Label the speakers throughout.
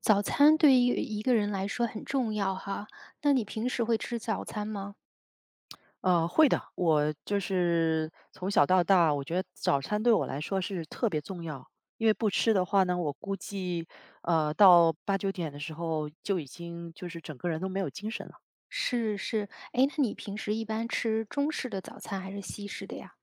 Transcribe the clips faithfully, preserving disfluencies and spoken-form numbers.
Speaker 1: 早餐对于一个人来说很重要哈，那你平时会吃早餐吗？
Speaker 2: 呃，会的，我就是从小到大，我觉得早餐对我来说是特别重要，因为不吃的话呢，我估计，呃，到八九点的时候就已经就是整个人都没有精神了。
Speaker 1: 是是，哎，那你平时一般吃中式的早餐还是西式的呀？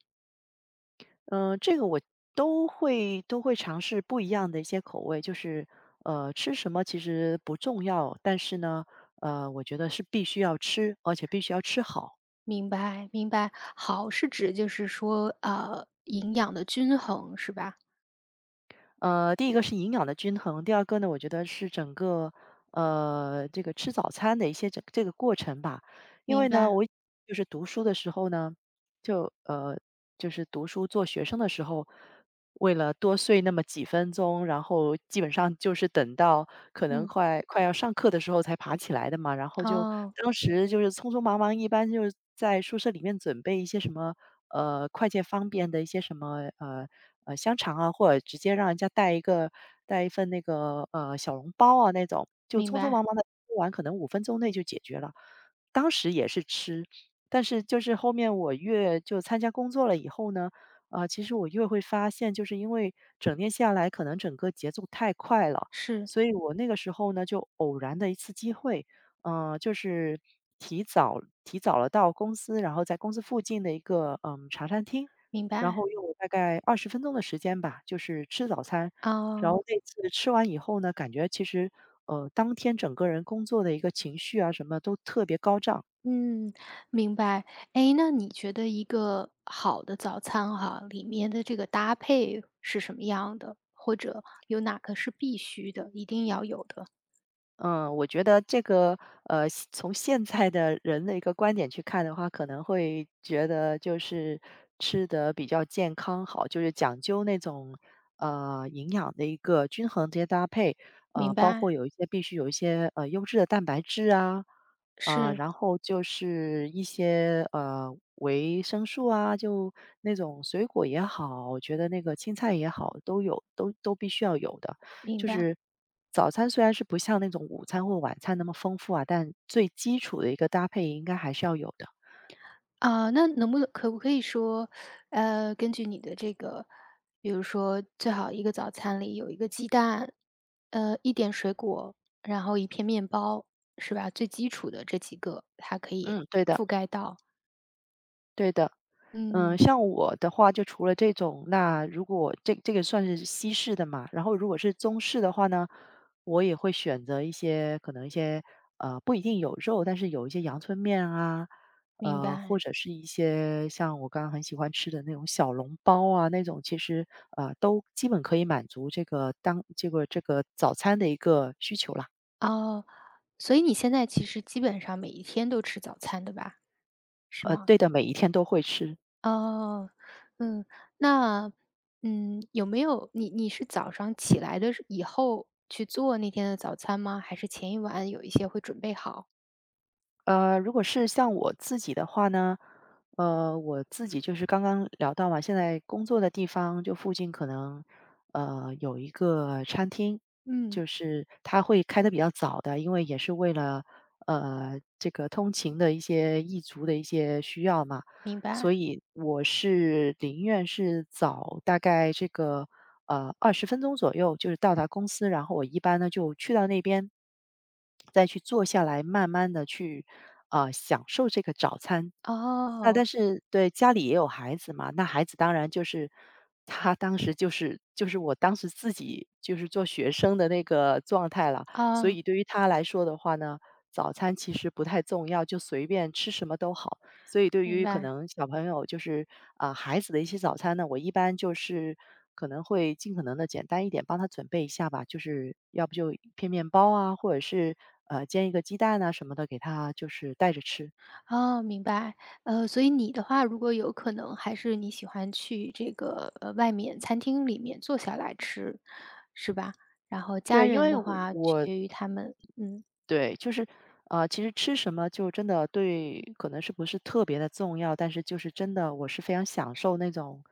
Speaker 2: 嗯、这个我都会都会尝试不一样的一些口味，就是呃，吃什么其实不重要，但是呢，呃，我觉得是必须要吃，而且必须要吃好。
Speaker 1: 明白明白，好是指就是说，呃，营养的均衡是吧？
Speaker 2: 呃，第一个是营养的均衡，第二个呢，我觉得是整个呃这个吃早餐的一些这这个过程吧。因为
Speaker 1: 明
Speaker 2: 呢，
Speaker 1: 白。
Speaker 2: 我就是读书的时候呢，就呃就是读书做学生的时候。为了多睡那么几分钟，然后基本上就是等到可能
Speaker 1: 嗯。
Speaker 2: 快快要上课的时候才爬起来的嘛。然后就
Speaker 1: 哦，
Speaker 2: 当时就是匆匆忙忙，一般就是在宿舍里面准备一些什么呃快捷方便的一些什么呃呃香肠啊，或者直接让人家带一个带一份那个呃小笼包啊那种，就
Speaker 1: 明
Speaker 2: 匆匆
Speaker 1: 白。
Speaker 2: 忙忙的吃完，可能五分钟内就解决了。当时也是吃，但是就是后面我越就参加工作了以后呢。啊，其实我越会发现，就是因为整天下来，可能整个节奏太快了，
Speaker 1: 是，
Speaker 2: 所以我那个时候呢，就偶然的一次机会，呃，就是提早提早了到公司，然后在公司附近的一个嗯茶餐厅，
Speaker 1: 明
Speaker 2: 然
Speaker 1: 白。
Speaker 2: 后用了大概二十分钟的时间吧，就是吃早餐。然
Speaker 1: 哦。
Speaker 2: 后那次吃完以后呢，感觉其实呃当天整个人工作的一个情绪啊什么都特别高涨。
Speaker 1: 嗯，明白。哎，那你觉得一个好的早餐哈，里面的这个搭配是什么样的？或者有哪个是必须的，一定要有的？
Speaker 2: 嗯，我觉得这个，呃，现从现在的人的一个观点去看的话，可能会觉得就是吃得比较健康好，就是讲究那种，呃，营养的一个均衡这些搭配，呃，
Speaker 1: 明
Speaker 2: 包
Speaker 1: 白。
Speaker 2: 括有一些必须有一些，呃，优质的蛋白质啊，啊，
Speaker 1: 是，
Speaker 2: 然后就是一些，呃，维生素啊，就那种水果也好，我觉得那个青菜也好，都有，都都必须要有的。
Speaker 1: 明
Speaker 2: 就
Speaker 1: 白。
Speaker 2: 是早餐虽然是不像那种午餐或晚餐那么丰富啊，但最基础的一个搭配应该还是要有的。
Speaker 1: 啊，那能不能可不可以说，呃，根据你的这个，比如说最好一个早餐里有一个鸡蛋，呃，一点水果，然后一片面包，是吧？最基础的这几个它可以
Speaker 2: 嗯，对的，
Speaker 1: 覆盖到。
Speaker 2: 对的。嗯，
Speaker 1: 嗯，
Speaker 2: 像我的话，就除了这种，那如果这这个算是西式的嘛，然后如果是中式的话呢，我也会选择一些可能一些呃不一定有肉，但是有一些阳春面啊，
Speaker 1: 明
Speaker 2: 呃或
Speaker 1: 白。
Speaker 2: 者是一些像我刚刚很喜欢吃的那种小笼包啊，那种其实呃都基本可以满足这个当这个这个早餐的一个需求啦。
Speaker 1: 哦，所以你现在其实基本上每一天都吃早餐的吧？是
Speaker 2: 呃，
Speaker 1: 吗？
Speaker 2: 对的，每一天都会吃。
Speaker 1: 哦。嗯。那，嗯，有没有你你是早上起来的时以后去做那天的早餐吗？还是前一晚有一些会准备好？
Speaker 2: 呃，如果是像我自己的话呢，呃，我自己就是刚刚聊到嘛，现在工作的地方就附近可能呃有一个餐厅，
Speaker 1: 嗯，
Speaker 2: 就是它会开的比较早的，因为也是为了呃这个通勤的一些一族的一些需要嘛，
Speaker 1: 明
Speaker 2: 所
Speaker 1: 白。
Speaker 2: 以我是宁愿是早大概这个呃二十分钟左右就是到达公司，然后我一般呢就去到那边，再去坐下来慢慢的去，啊享受这个早餐。那但
Speaker 1: 哦。
Speaker 2: 是对，家里也有孩子嘛，那孩子当然就是他当时就是就是我当时自己就是做学生的那个状态了，所
Speaker 1: 哦，
Speaker 2: 以对于他来说的话呢，早餐其实不太重要，就随便吃什么都好。所以对
Speaker 1: 明
Speaker 2: 于可
Speaker 1: 白。
Speaker 2: 能小朋友就是啊、孩子的一些早餐呢，我一般就是可能会尽可能的简单一点，帮他准备一下吧，就是要不就一片面包啊，或者是呃煎一个鸡蛋啊什么的，给他就是带着吃。
Speaker 1: 哦，明白。呃，所以你的话，如果有可能，还是你喜欢去这个呃外面餐厅里面坐下来吃，是吧？然后家
Speaker 2: 对，因
Speaker 1: 人
Speaker 2: 为
Speaker 1: 的
Speaker 2: 我
Speaker 1: 话，取
Speaker 2: 我
Speaker 1: 决于他们。嗯。
Speaker 2: 对就是啊，其实吃什么就真的对，可能是不是特别的重要，但是就是真的我是非常享受那种。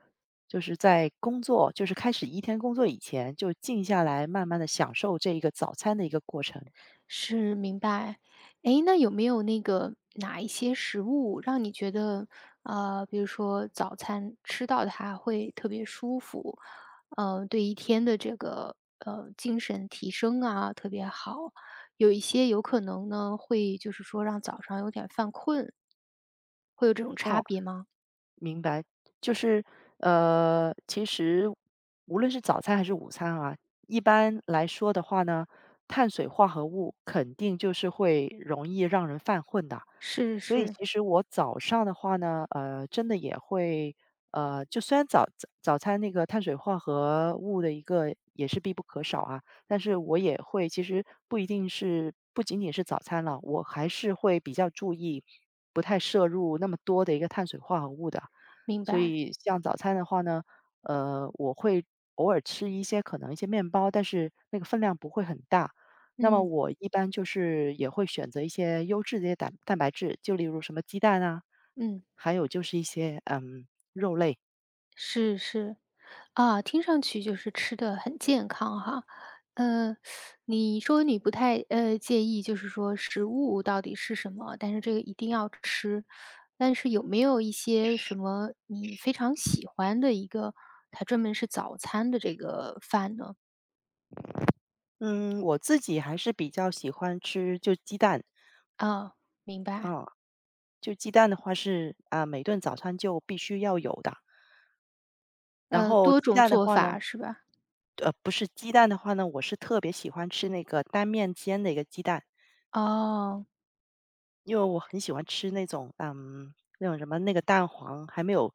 Speaker 2: 就是在工作，就是开始一天工作以前，就静下来，慢慢的享受这一个早餐的一个过程。
Speaker 1: 是，明白。诶，那有没有那个哪一些食物让你觉得，呃，比如说早餐吃到它会特别舒服，呃，对一天的这个呃精神提升啊特别好？有一些有可能呢会就是说让早上有点犯困，会有这种差
Speaker 2: 哦，
Speaker 1: 别吗？
Speaker 2: 明白，就是呃，其实无论是早餐还是午餐啊，一般来说的话呢，碳水化合物肯定就是会容易让人犯困的。
Speaker 1: 是
Speaker 2: 所以
Speaker 1: 是，
Speaker 2: 其实我早上的话呢，呃，真的也会，呃，就虽然早早早餐那个碳水化合物的一个也是必不可少啊，但是我也会，其实不一定是不仅仅是早餐了，我还是会比较注意，不太摄入那么多的一个碳水化合物的。
Speaker 1: 明
Speaker 2: 所
Speaker 1: 白。
Speaker 2: 以像早餐的话呢，呃，我会偶尔吃一些可能一些面包，但是那个分量不会很大。那么
Speaker 1: 嗯
Speaker 2: 我一般就是也会选择一些优质的一些蛋蛋白质，就例如什么鸡蛋啊，
Speaker 1: 嗯，
Speaker 2: 还有就是一些嗯肉类。
Speaker 1: 是是。啊，听上去就是吃的很健康哈。呃，你说你不太，呃，介意就是说食物到底是什么，但是这个一定要吃。但是有没有一些什么你非常喜欢的一个，它专门是早餐的这个饭呢？
Speaker 2: 嗯，我自己还是比较喜欢吃就鸡蛋，
Speaker 1: 啊，明白。
Speaker 2: 啊，就鸡蛋的话是啊、每顿早餐就必须要有的。然
Speaker 1: 呃，
Speaker 2: 后
Speaker 1: 多
Speaker 2: 鸡
Speaker 1: 种
Speaker 2: 蛋的
Speaker 1: 做
Speaker 2: 话呢，
Speaker 1: 法是吧？
Speaker 2: 呃，不是鸡蛋的话呢，我是特别喜欢吃那个单面煎的一个鸡蛋。
Speaker 1: 哦，
Speaker 2: 因为我很喜欢吃那种，嗯，那种什么那个蛋黄还没有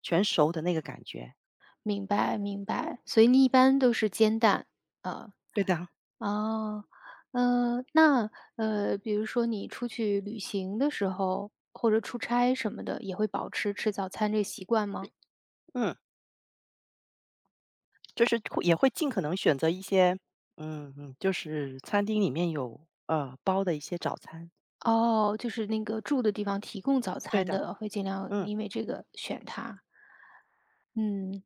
Speaker 2: 全熟的那个感觉。
Speaker 1: 明白明白，所以你一般都是煎蛋，啊。
Speaker 2: 对的，
Speaker 1: 哦。呃，那，呃，比如说你出去旅行的时候，或者出差什么的，也会保持吃早餐这个习惯吗？
Speaker 2: 嗯，就是会也会尽可能选择一些，嗯嗯，就是餐厅里面有呃包的一些早餐。
Speaker 1: 哦，就是那个住的地方提供早
Speaker 2: 对
Speaker 1: 餐
Speaker 2: 的，
Speaker 1: 的，会尽量
Speaker 2: 嗯。
Speaker 1: 因为这个选它。嗯。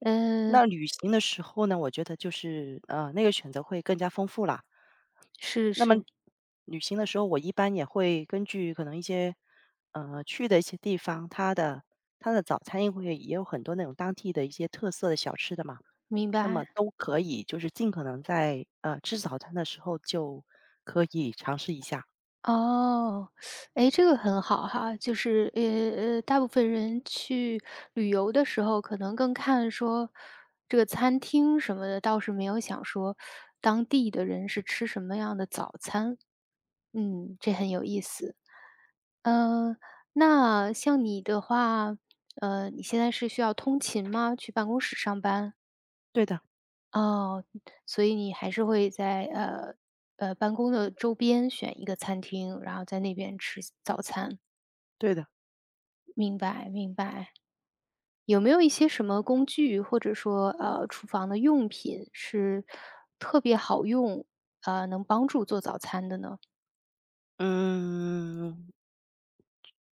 Speaker 1: 嗯。
Speaker 2: 那旅行的时候呢，我觉得就是，呃，那个选择会更加丰富啦。
Speaker 1: 是
Speaker 2: 那么
Speaker 1: 是，
Speaker 2: 旅行的时候，我一般也会根据可能一些，呃，去的一些地方，它的它的早餐也会也有很多那种当地的一些特色的小吃的嘛，
Speaker 1: 明
Speaker 2: 那么
Speaker 1: 白。
Speaker 2: 都可以，就是尽可能在，呃，吃早餐的时候就可以尝试一下。
Speaker 1: 哦，哎，这个很好哈，就是，呃呃，大部分人去旅游的时候，可能更看说这个餐厅什么的，倒是没有想说当地的人是吃什么样的早餐。嗯，这很有意思。嗯，那像你的话，呃，你现在是需要通勤吗？去办公室上班？
Speaker 2: 对的
Speaker 1: 哦，所以你还是会在，呃，呃，办公的周边选一个餐厅，然后在那边吃早餐。
Speaker 2: 对的，
Speaker 1: 明白明白。有没有一些什么工具，或者说，呃，厨房的用品是特别好用，呃，能帮助做早餐的呢？
Speaker 2: 嗯。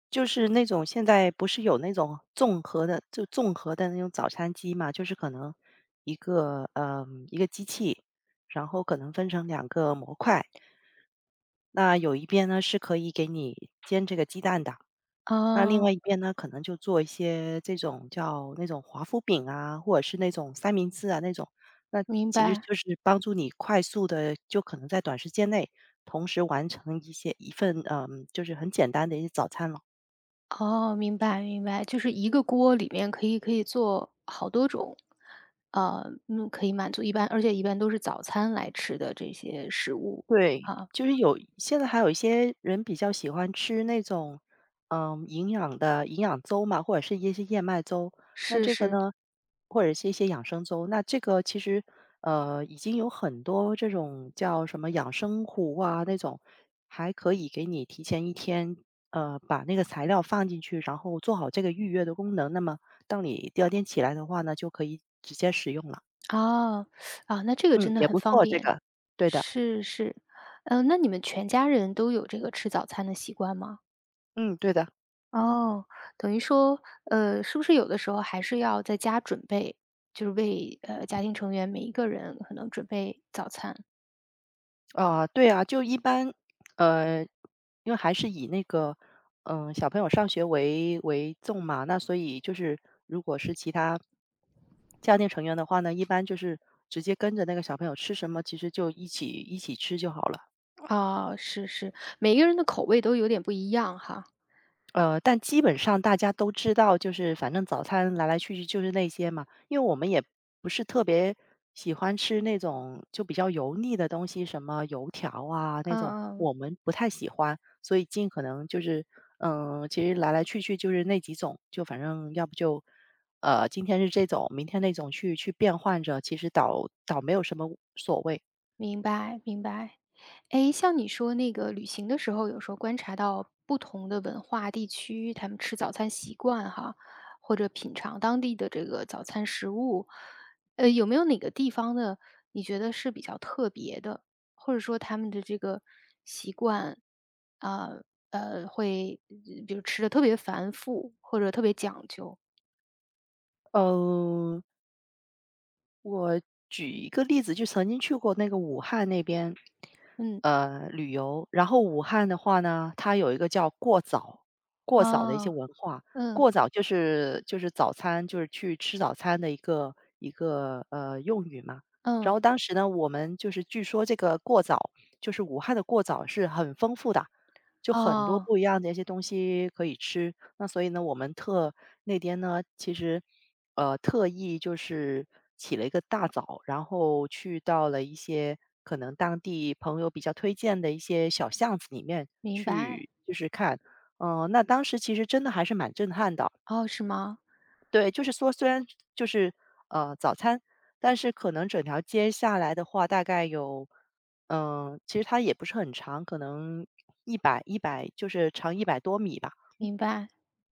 Speaker 2: 就是那种现在不是有那种综合的，就综合的那种早餐机嘛，就是可能一个呃一个机器，然后可能分成两个模块，那有一边呢是可以给你煎这个鸡蛋的，那另外
Speaker 1: 啊，
Speaker 2: 一边呢可能就做一些这种叫那种华夫饼啊，或者是那种三明治啊那种，那
Speaker 1: 明
Speaker 2: 其实
Speaker 1: 白。
Speaker 2: 就是帮助你快速的，就可能在短时间内同时完成一些一份嗯、就是很简单的一些早餐了。
Speaker 1: 哦，明白明白，就是一个锅里面可以可以做好多种，呃，嗯，可以满足一般而且一般都是早餐来吃的这些食物，
Speaker 2: 对，
Speaker 1: 啊。
Speaker 2: 就是有现在还有一些人比较喜欢吃那种，嗯，营养的营养粥嘛，或者是一些燕麦粥。那
Speaker 1: 是
Speaker 2: 这个
Speaker 1: 是，
Speaker 2: 呢，或者是一些养生粥，那这个其实，呃，已经有很多这种叫什么养生壶啊那种，还可以给你提前一天，呃，把那个材料放进去，然后做好这个预约的功能。那么当你第二天起来的话呢，就可以直接使用了。
Speaker 1: 哦，啊，那这个
Speaker 2: 嗯，
Speaker 1: 真的
Speaker 2: 也
Speaker 1: 很
Speaker 2: 不
Speaker 1: 方
Speaker 2: 错，这
Speaker 1: 便。
Speaker 2: 个。对的，
Speaker 1: 是是，嗯，那你们全家人都有这个吃早餐的习惯吗？
Speaker 2: 嗯，对的。
Speaker 1: 哦，等于说，呃，是不是有的时候还是要在家准备，就是为，呃，家庭成员每一个人可能准备早餐。
Speaker 2: 啊，对啊，就一般，呃，因为还是以那个，嗯、小朋友上学为为重嘛，那所以就是，如果是其他家庭成员的话呢，一般就是直接跟着那个小朋友吃什么，其实就一起一起吃就好了。
Speaker 1: 哦，是是，每一个人的口味都有点不一样哈。
Speaker 2: 呃，但基本上大家都知道，就是反正早餐来来去去就是那些嘛，因为我们也不是特别喜欢吃那种就比较油腻的东西，什么油条啊那种，
Speaker 1: 嗯嗯，
Speaker 2: 我们不太喜欢，所以尽可能就是，嗯、其实来来去去就是那几种，就反正要不就，呃，今天是这种，明天那种去去变换着，其实倒倒没有什么所谓。
Speaker 1: 明白明白。诶，像你说那个旅行的时候，有时候观察到不同的文化地区，他们吃早餐习惯哈，或者品尝当地的这个早餐食物，呃，有没有哪个地方的你觉得是比较特别的，或者说他们的这个习惯啊，呃，会呃比如吃的特别繁复或者特别讲究？
Speaker 2: 嗯。举一个例子，就曾经去过那个武汉那边，
Speaker 1: 嗯。
Speaker 2: 呃，旅游。然后武汉的话呢，它有一个叫过早，过早的一些
Speaker 1: 哦。
Speaker 2: 文化。
Speaker 1: 嗯。
Speaker 2: 过早就是就是早餐，就是去吃早餐的一个一个呃用语嘛。然
Speaker 1: 嗯。
Speaker 2: 后当时呢，我们就是据说这个过早，就是武汉的过早是很丰富的，就很多
Speaker 1: 哦，
Speaker 2: 不一样的一些东西可以吃。那所以呢，我们特那天呢，其实呃特意就是起了一个大早，然后去到了一些可能当地朋友比较推荐的一些小巷子里面
Speaker 1: 明白。
Speaker 2: 去，就是看。嗯、那当时其实真的还是蛮震撼的，
Speaker 1: 哦，是吗？
Speaker 2: 对，就是说虽然就是，呃，早餐，但是可能整条街下来的话，大概有嗯，其实它也不是很长，可能一百一百，就是长一百多米吧。
Speaker 1: 明白。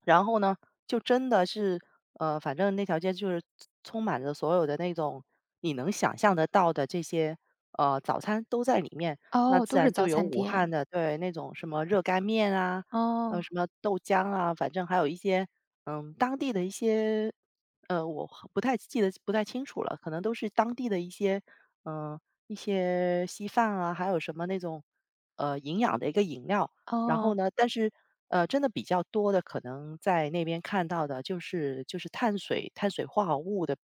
Speaker 2: 然后呢，就真的是，呃，反正那条街就是充满着所有的那种你能想象得到的这些，呃，早餐都在里面。那
Speaker 1: 哦，
Speaker 2: 自
Speaker 1: 都是
Speaker 2: 然
Speaker 1: 早
Speaker 2: 就有
Speaker 1: 餐
Speaker 2: 武汉
Speaker 1: 店。
Speaker 2: 的，对，那种什么热干面啊，呃，
Speaker 1: 哦。
Speaker 2: 什么豆浆啊，反正还有一些，嗯，当地的一些，呃，我不太记得不太清楚了，可能都是当地的一些，嗯、呃一些稀饭啊，还有什么那种，呃，营养的一个饮料。然后
Speaker 1: 哦，
Speaker 2: 呢，但是呃，真的比较多的，可能在那边看到的就是就是碳水碳水化合物的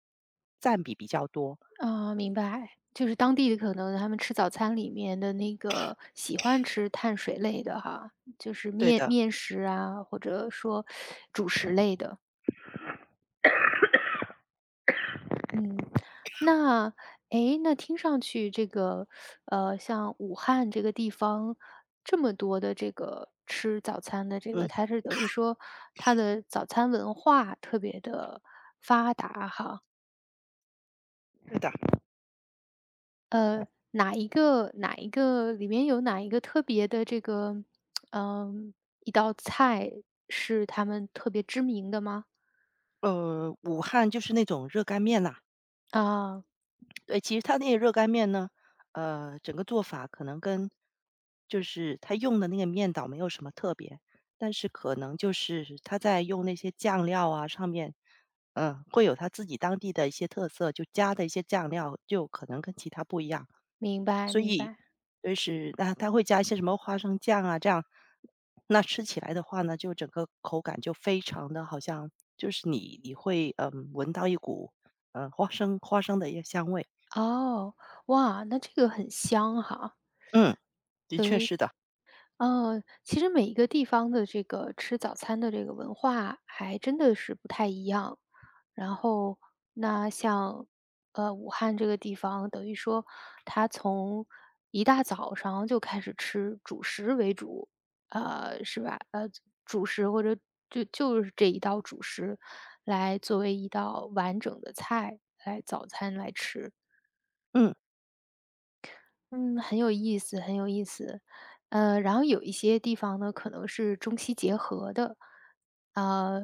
Speaker 2: 占比比较多。
Speaker 1: 啊，明白。就是当地的可能他们吃早餐里面的那个喜欢吃碳水类的哈，就是
Speaker 2: 对
Speaker 1: 面
Speaker 2: 的，
Speaker 1: 面食啊，或者说主食类的。嗯。那诶，那听上去这个，呃，像武汉这个地方这么多的这个吃早餐的这
Speaker 2: 嗯，
Speaker 1: 个，它是等于说它的早餐文化特别的发达哈。
Speaker 2: 是的，
Speaker 1: 呃，哪一个哪一个里面有哪一个特别的这个，嗯，一道菜是他们特别知名的吗？
Speaker 2: 呃，武汉就是那种热干面呐。
Speaker 1: 啊，
Speaker 2: 对，其实它那个热干面呢，呃，整个做法可能跟就是它用的那个面倒没有什么特别，但是可能就是它在用那些酱料啊上面，嗯、会有它自己当地的一些特色，就加的一些酱料就可能跟其他不一样。
Speaker 1: 明白
Speaker 2: 所
Speaker 1: 明
Speaker 2: 以
Speaker 1: 白。
Speaker 2: 就是那它会加一些什么花生酱啊，这样那吃起来的话呢，就整个口感就非常的好像就是你你会嗯闻到一股嗯花生花生的一个香味，
Speaker 1: 哦，哇，那这个很香哈，
Speaker 2: 嗯，的
Speaker 1: 等
Speaker 2: 确
Speaker 1: 于
Speaker 2: 是的，
Speaker 1: 嗯，其实每一个地方的这个吃早餐的这个文化还真的是不太一样。然后那像，呃，武汉这个地方，等于说它从一大早上就开始吃主食为主，呃，是吧？呃，主食或者就就是这一道主食来作为一道完整的菜来早餐来吃。
Speaker 2: 嗯，
Speaker 1: 嗯，很有意思，很有意思。呃，然后有一些地方呢，可能是中西结合的，呃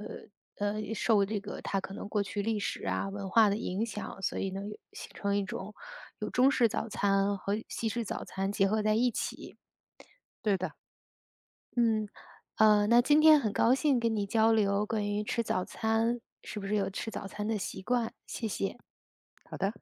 Speaker 1: 呃，受这个它可能过去历史啊、文化的影响，所以呢，有形成一种有中式早餐和西式早餐结合在一起。
Speaker 2: 对的，
Speaker 1: 嗯，呃，那今天很高兴跟你交流关于吃早餐，是不是有吃早餐的习惯？谢谢。
Speaker 2: 好的。